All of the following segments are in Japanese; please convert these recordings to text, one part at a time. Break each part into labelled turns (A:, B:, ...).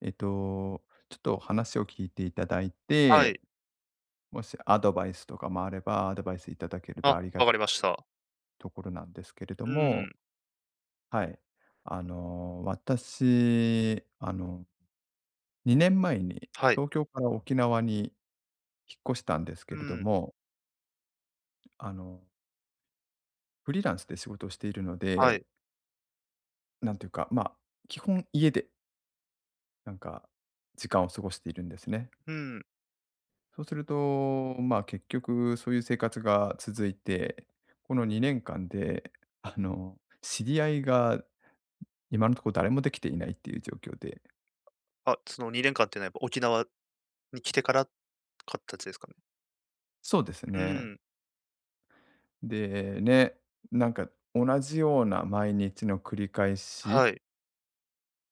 A: ちょっと話を聞いていただい
B: は
A: て、
B: い。
A: もしアドバイスとかもあれば、アドバイスいただける
B: あ、
A: とありが
B: わ
A: た
B: か
A: い
B: りました。
A: ところなんですけれど
B: うん、
A: も、はい。私、2年前に
B: はい。
A: 東京から沖縄に引っ越したんですけ
B: う
A: れど
B: ん、
A: も、あの、フリーランスで仕事をしているの
B: は
A: で、
B: い。
A: なんていうか、まあ、基本家で、なんか、時間を過ごしているんですね。
B: うん。
A: そうすると、まあ、結局そういう生活が続いて、この2年間で、知り合いが今のところ誰もできていないっていう状況で。
B: あ、その2年間っていうのはやっぱ沖縄に来てから買ったやつですかね？
A: そうです
B: う
A: ね。
B: ん、
A: で、ね、なんか同じような毎日の繰り返し
B: はい。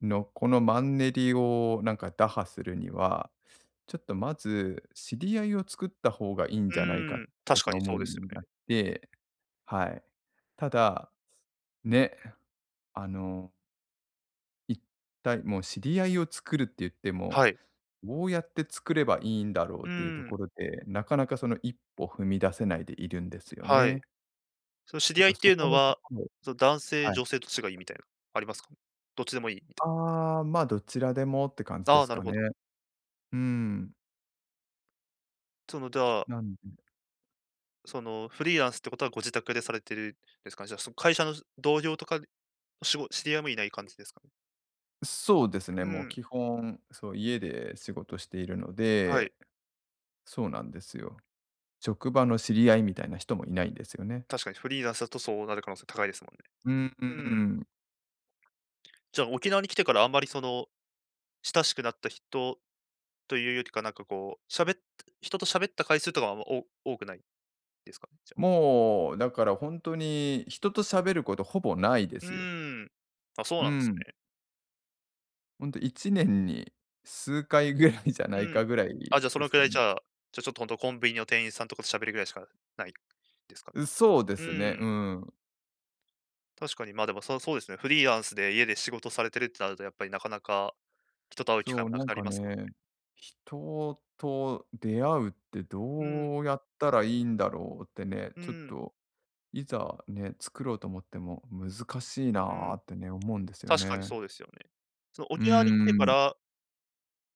A: のこのマンネリをなんか打破するには、ちょっとまず知り合いを作った方がいいん
B: う
A: じゃないかって
B: ん、
A: 最
B: 確か
A: 近
B: に
A: 思う
B: そう
A: よう
B: ですよ
A: になっ
B: ね。
A: て、はい。ただ、ね、あの一体もう知り合いを作るって言っても、
B: はい。
A: どうやって作ればいいんだろう
B: う
A: っていうとこ
B: ん、
A: ろで、なかなかその一歩踏み出せないでいるんですよ
B: はい。
A: ね。
B: その
A: ち
B: 知
A: ょっ
B: り合い
A: と
B: って
A: そ
B: いう
A: こ
B: の
A: のと
B: は、
A: ころ
B: その男性、
A: はい。
B: 女性どっちがいいみたいな、ありますか？どっちでもいいみたい
A: ああ、ま、どちらでもって感じ
B: な。
A: で
B: ああ、
A: す
B: なる
A: かね。
B: ほど。
A: うーん。
B: そのじゃあ、
A: なんで
B: そのフリーランスってことはご自宅でされてるんですかね？じゃあその会社の同僚とか、知り合いもいない感じですかね？
A: そうですね、
B: う
A: もう
B: ん、
A: 基本、そう、家で仕事しているの
B: は
A: で、
B: い。
A: そうなんですよ。職場の知り合いみたいな人もいないんですよね。
B: 確かにフリーランスだとそうなる可能性高いですもんね。
A: うーん。う
B: うん。
A: ん。
B: じゃあ、沖縄に来てからあんまりその、親しくなった人というよりか、なんかこう、人と喋った回数とかはあんまお多くないですかね？じゃあ。
A: もう、だから本当に人と喋ることほぼないで
B: う
A: すよ。
B: ーん。あ、そう
A: う
B: なんです
A: ん。
B: ね。
A: 本当と1年に数回ぐらいじゃ
B: う
A: ない
B: ん。
A: かぐらい
B: あ、じゃあ、そ
A: で
B: の
A: す
B: くら
A: か
B: いじ
A: ね。
B: ゃあ、ちょっと本当コンビニの店員さんとかと喋るぐらいしかないですかね？
A: う、そうで
B: う
A: すね、
B: ん。
A: うん。
B: 確かに、ま、でも、そうですね、フリーランスで家で仕事されてるってなると、やっぱりなかなか人と会う機会
A: そう、
B: もな
A: な
B: く
A: ん
B: なり
A: か
B: ますもん。
A: ね、人と出会うって
B: うん、
A: どうやったらいいんだろうってね、
B: う
A: ちょっ
B: ん、
A: といざね、作ろうと思っても難しい
B: う
A: なー
B: ん。
A: ってね、思うんですよ
B: 確かに
A: ね。
B: そうですよね。その
A: うー
B: 沖縄に来てか
A: ん、
B: ら、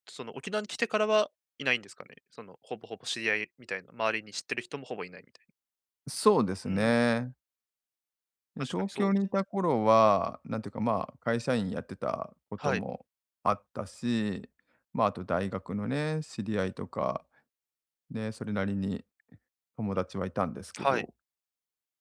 B: その沖縄に来てからはいないんですかね？その、ほぼほぼ知り合いみたいな、周りに知ってる人もほぼいないみたい
A: そうです
B: な。うん、
A: ね。で、
B: 確か
A: 東
B: にそう
A: 京
B: で
A: に
B: す。
A: いた頃は、なんていうか、まあ、会社員やってたこと
B: はい、
A: もあったし、まあ、あと大学のね、知り合いとか、ね、それなりに友達はいたんですけ
B: はい。
A: ど、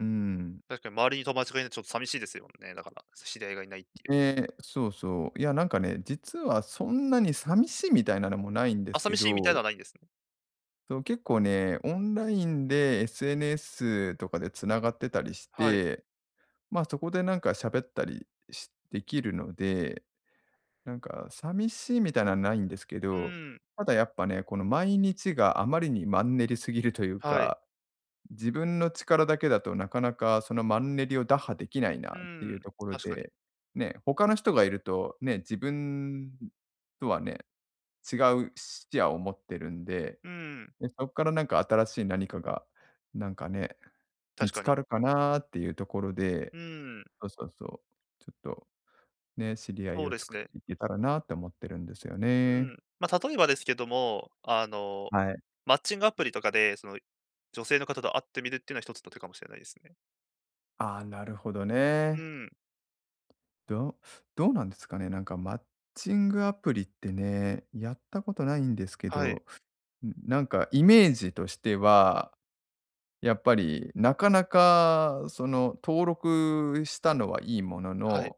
A: うん。
B: 確かに周りに友達がいないとちょっと寂しいですよね、だから、知り合いがいないっていう。
A: で、そうそう。いや、なんかね、実はそんなに寂しいみたいなのもないんで
B: あ、
A: すけ
B: 寂しいみたいな
A: ど、
B: のはないんですね。
A: そう、結構ね、オンラインで SNS とかでつながってたりし
B: はい。
A: て、まあ、そこでなんか喋ったりしできるのでなんか、寂しいみたいなのはないんですけ
B: う
A: ど、
B: ん、
A: ただやっぱね、この毎日があまりにマンネリすぎるという
B: はい。
A: か、自分の力だけだとなかなかそのマンネリを打破できない
B: う
A: なってい
B: ん、
A: うところ
B: 確かに。
A: で、ね、他の人がいると、ね、自分とはね、違う視野を持ってるんで、
B: うん、
A: で、そこからなんか新しい何かが、なんかね、見
B: 確
A: つ
B: かに。
A: かるかなっていうところで、
B: うん、
A: そうそうそう、ちょっとね、知り合
B: そ
A: い
B: う
A: を
B: です
A: 作っ
B: ね。
A: ていけたらなって思ってるんですよ
B: う
A: ね。
B: ん。まあ、例えばですけども、あの、
A: はい。
B: マッチングアプリとかで、その、女性の方と会ってみるっていうのは一つの手かもしれないですね。
A: ああ、なるほど
B: う
A: ね。
B: ん、
A: どどうなんですかね、なんかマッチングアプリってね、やったことないんですけ
B: はい、
A: ど、ん、なんかイメージとしては、やっぱりなかなかその登録したのはいいもの
B: はい。
A: の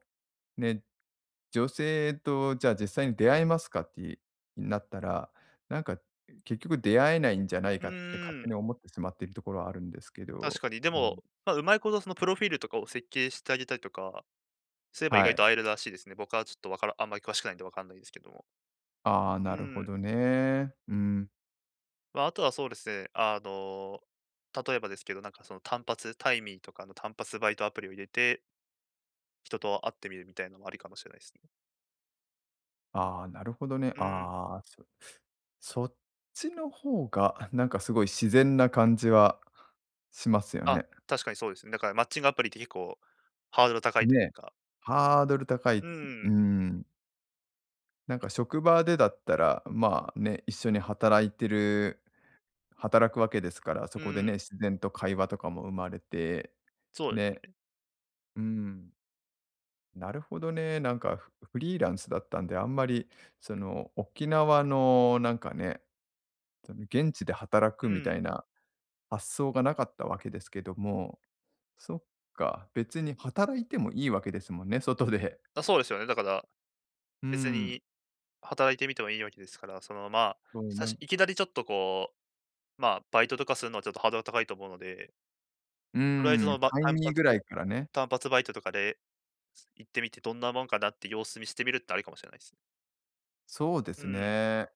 A: ね、女性とじゃあ実際に出会えますかってなったら、なんか結局出会えないんじゃない
B: う
A: かって勝
B: ん
A: 手
B: ん、
A: に思ってしまっているところはあるんですけ
B: 確
A: ど。
B: かに。で
A: うん。
B: も、まあ、うまいことそのプロフィールとかを設計してあげたりとか、すれば意
A: は
B: 外と
A: い。
B: 会えるらしいですね。僕はちょっとわからあんまり詳しくないんでわかんないですけども。
A: ああ、な
B: う
A: るほ
B: ん。
A: どね。うん。
B: まあ、あとはそうですね、あの、例えばですけど、なんかその単発、タイミーとかの単発バイトアプリを入れて、人と会ってみるみたいなのもありかもしれないですね。
A: ああ、なるほどね。
B: うん。
A: ああ、そっちの方が なんかすごい自然な感じはしますよ
B: あ、
A: ね。
B: 確かにそうですね。だからマッチングアプリって結構ハードル高いという
A: ね、
B: か。
A: ハードル高い。
B: うん、
A: うん。なんか職場でだったら、まあね、一緒に働いてる働くわけですから、そ
B: う
A: こで
B: ん、
A: ね、自然と会話とかも生まれて、
B: そう
A: ね、
B: です。
A: うん、なるほどね、なんかフリーランスだったんで、あんまりその沖縄のなんかね、その現地で働く
B: う
A: みた
B: ん。
A: いな発想がなかったわけですけども、そっか、別に働いてもいいわけですもんね、外で。
B: あ、そうですよね。だから
A: う
B: 別
A: ん、
B: に働いてみてもいいわけですから、その、まあ、
A: そうなん
B: いきなりちょっとこう、まあ、バイトとかするのはちょっとハードル高いと思うので、
A: う
B: とりあえずそ
A: ん、
B: の、ば
A: タイ
B: 単
A: ミーぐ
B: 発
A: らいからね。
B: 単発バイトとかで、行ってみてどんなもんかなって様子見してみるってありかもしれないですね。
A: そうで
B: う
A: す
B: ん。
A: ね。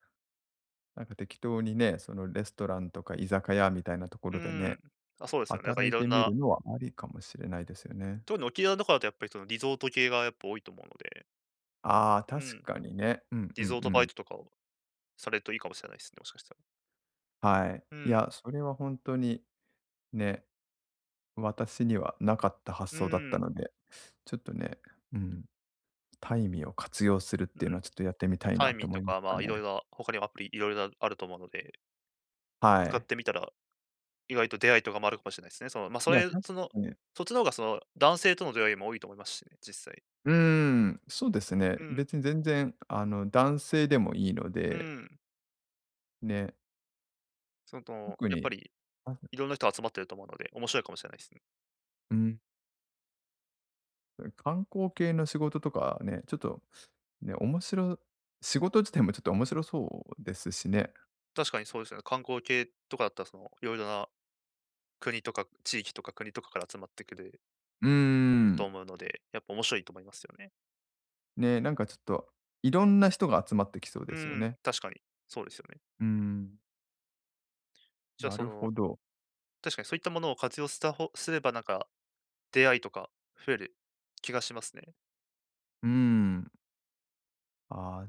A: なんか適当にね、そのレストランとか居酒屋みたいなとこ
B: う
A: ろで
B: ん。
A: ね、
B: あ、そうですよね。なんか
A: 働
B: い
A: い
B: ろ
A: て
B: ん
A: み
B: な、
A: るのはありかもしれないですよね。
B: 特に沖縄とかだとやっぱりそのリゾート系がやっぱ多いと思うので、
A: ああ、
B: う
A: 確
B: ん、
A: かにね。うんう
B: リ
A: ん
B: ゾー
A: う
B: トバイ
A: ん。
B: トとかをされるといいかもしれないですね、もしかしたら。
A: はい。
B: う
A: い
B: ん、
A: や、それは本当にね、私にはなかった発
B: う
A: 想だっ
B: ん、
A: た
B: う
A: ので、ちょっとね、うん、タイミーを活用するっていうの
B: ん。
A: はちょっとやってみたい
B: タ
A: な
B: イ
A: っ
B: ミ
A: て
B: ー
A: 思
B: と
A: いまし
B: か、ま
A: た
B: あ、い
A: ね。
B: ろいろ、他にもアプリいろいろあると思うので、
A: は
B: 使っ
A: い。
B: てみたら意外と出会いとかもあるかもしれないですね。その、まあ、
A: いや、確かに。
B: そっちの方がその、男性との出会いも多いと思いますしね、実際。
A: うーん、そうですね。
B: うん、
A: 別に全然男性でもいいの
B: う
A: で、
B: ん。
A: ね、
B: その、
A: 特
B: やっ
A: に、
B: ぱり
A: う
B: いろんな人集まってると思うので、面白いかもしれないですね。
A: ーん。観光系の仕事とかね、ちょっとね、仕事自体もちょっと面白そうですしね。
B: 確かにそうですよね。観光系とかだったら、その、いろいろな国とか地域とか国とかから集まってくる
A: うー
B: と
A: ん。
B: 思うので、やっぱ面白いと思いますよね。
A: ね、なんかちょっと、いろんな人が集まってきそうで
B: う
A: すよ
B: ん、
A: ね。
B: 確かに、そうですよね。
A: うーん。
B: じゃあ、
A: な
B: そ
A: る
B: の、
A: ほど。
B: 確かにそういったものを活用した方すれば、なんか、出会いとか増える気がしますね。
A: うーん。ああ、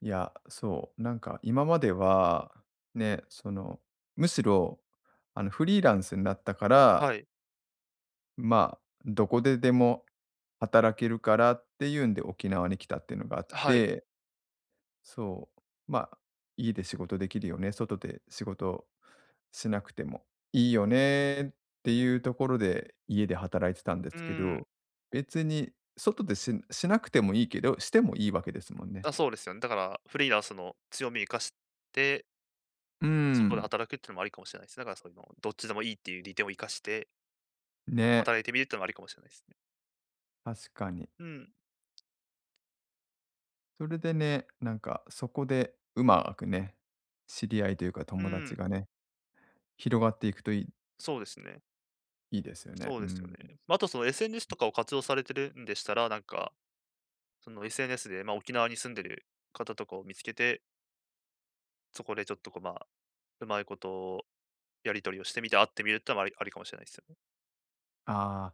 A: いや、そう、なんか今までは、ね、その、むしろ、フリーランスになったか
B: は
A: ら、
B: い、
A: まあ、どこででも働けるからっていうんで沖縄に来たっていうのがあっ
B: はい。
A: てそう。まあ、家で仕事できるよね、外で仕事しなくてもいいよねっていうところで家で働いてたんで
B: う
A: すけ
B: ーん。
A: ど、別に外でしなくてもいいけど、してもいいわけですもんね。
B: あ、そうですよね。だから、フリーランスの強みを生かして、
A: う
B: 外で
A: ん。
B: 働くっていうのもありかもしれないですね。だからそういうの、どっちでもいいっていう利点を生かして、
A: ね、
B: 働いてみるっていうのもありかもしれないですね。
A: 確かに。
B: うん、
A: それでね、なんかそこでうまくね、知り合いというか
B: う
A: 友達
B: ん、
A: がね、広がっていくといい
B: そうですね。
A: ですよね。
B: そう
A: う
B: ですよ
A: ん。
B: ね。ま、あとその SNS とかを活用されてるんでしたら、なんか、その SNS で、まあ、沖縄に住んでる方とかを見つけて、そこでちょっとこう、まあ、うまいことやり取りをしてみて、会ってみるってのもありかもしれないですよね。
A: ああ、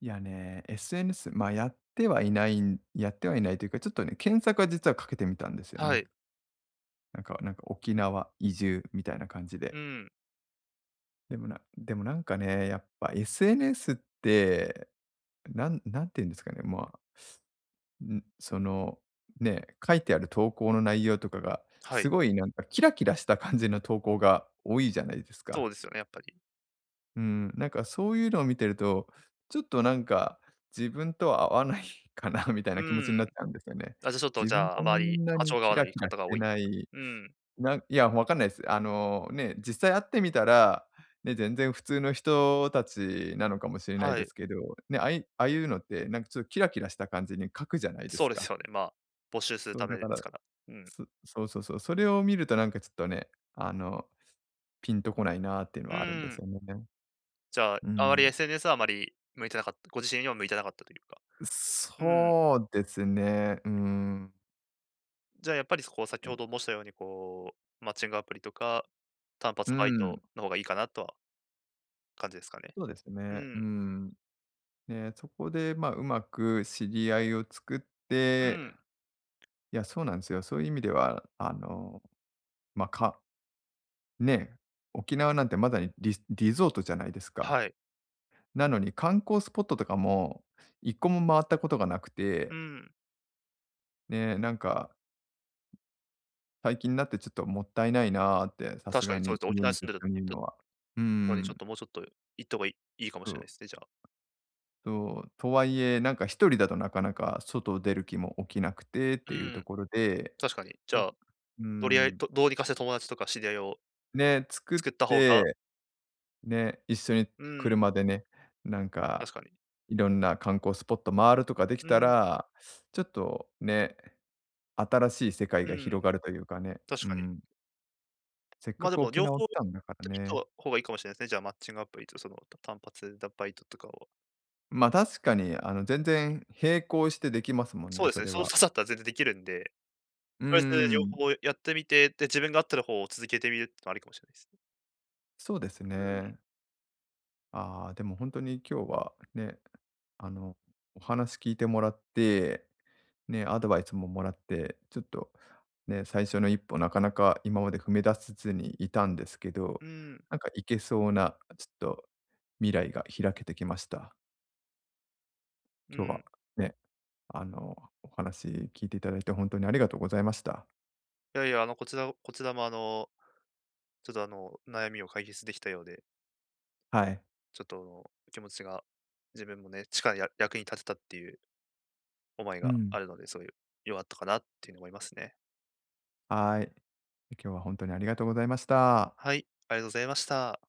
A: いやね、SNS、ま、やってはいないんやってはいないというか、ちょっとね、検索は実はかけてみたんですよ
B: は
A: ね。
B: い。
A: なんか沖縄移住みたいな感じ
B: う
A: で。
B: ん、
A: でもなんかね、やっぱ SNS って、なん何て言うんですかね、まあ、ん、その、ね、書いてある投稿の内容とかが、
B: は
A: す
B: い。
A: ごいなんかキラキラした感じの投稿が多いじゃないですか。
B: そうですよね、やっぱり。
A: うん、なんかそういうのを見てると、ちょっとなんか、自分とは合わない かなみたい
B: う
A: な気持ちになっ
B: ん。
A: ちゃうんですよね。
B: あ、じゃあ、ちょっと、
A: 自
B: じ
A: 分
B: ゃあ、あ
A: こ
B: まり
A: んな
B: 波
A: に
B: 長が合
A: キ
B: わ
A: ラ
B: ない
A: キラし
B: 方が
A: て
B: 多い。
A: ない、
B: うん。
A: ない、わかんないです。ね、実際会ってみたら、ね、全然普通の人たちなのかもしれない
B: は
A: です
B: い。
A: けど、ね、ああいうのって、なんかちょっとキラキラした感じに書くじゃないで
B: そ
A: す
B: うです
A: か。
B: よね。まあ、募集する
A: そう
B: ため
A: だ
B: で
A: か
B: す
A: ら、
B: から。うん。
A: そうそうそう、それを見るとなんかちょっとね、ピンとこないなっていうの
B: う
A: はあるん
B: ー
A: です
B: ん。
A: よね。
B: じゃあ、
A: う
B: あまり
A: ん。
B: SNS はあまり向いてなかった、ご自身には向いてなかったというか。うん。
A: そうですね。うん。
B: じゃあ、やっぱり、こう、先ほど申したように、こう、マッチングアプリとか、単
A: う
B: 発バイ
A: ん、
B: トの方がいいかなとは感じですかね。
A: そうです
B: う
A: ね。う
B: ん。
A: ん。ね、そこで、まあ、うまく知り合いを作っ
B: う
A: て、
B: ん。
A: いや、そうなんですよ。そういう意味では、まあ、ね、沖縄なんてまだにリゾートじゃないですか。
B: はい。
A: なのに観光スポットとかも一個も回ったことがなく
B: う
A: て、
B: ん。
A: ね、なんか最近になってちょっともったいないなーって、さす
B: 確か
A: が
B: にそう
A: に
B: ですね。沖
A: 家
B: 縄
A: に
B: に
A: ず
B: 住
A: っ
B: んでる
A: といるのは。うー
B: のに、ちょっ
A: ん、
B: と、もうちょっと行った方がいいかも
A: そ
B: しれな
A: う。
B: いですね、じゃあ。
A: そう、とはいえ、なんか一人だとなかなか外出る気も起きなくてって
B: う
A: いうと
B: ん。
A: ころで、
B: 確かに。じ
A: そう、
B: ゃあ
A: ー
B: とり合い
A: ん、
B: とどうにかして友達とか知り合いを
A: ね、作っ
B: 作った方が。
A: て、ね、一緒に
B: うん、
A: 車でね、なんか、
B: 確かに。
A: いろんな観光スポット回るとかでき
B: う
A: た
B: ん、
A: ら、ちょっとね、新しい世界
B: う
A: が
B: ん、
A: 広がるというかね、
B: 確
A: う
B: かに。
A: ん、せっか
B: ま、で
A: く
B: も
A: 沖
B: 両
A: 縄
B: 方
A: 来
B: やっ
A: たんだから
B: てみた
A: ね。
B: 方がいいかもしれないですね。じゃあマッチングアプリとその単発バイトとかを。
A: ま、確かに、全然並行してできますもん
B: そ
A: ね、
B: うで
A: そ
B: すね、
A: れ
B: その
A: は。
B: あったら全然できるんで、
A: うー
B: とりあえず両
A: ん、
B: 方やってみて、で、自分が合ってる方を続けてみるってのありかもしれないですね。
A: そうですね。ああ、でも本当に今日はね、あの、お話聞いてもらって、ね、アドバイスももらって、ちょっとね、最初の一歩なかなか今まで踏み出せずにいたんですけど、
B: うん、うん、
A: なんかいけそうな、ちょっと未来が開けてきました。
B: う
A: 今日は
B: ん。
A: ね、あの、お話聞いていただいて本当にありがとうございました。
B: いやいや、あの、こちらもあの、ちょっとあの、悩みを解決できたようで、
A: はい。
B: ちょっとあの、気持ちが自分もね、役に立てたっていう思い
A: う
B: が
A: ん。
B: あるので、すごい良かったかなっていうふうに思いますね。
A: はい。今日は本当にありがとうございました。
B: はい、ありがとうございました。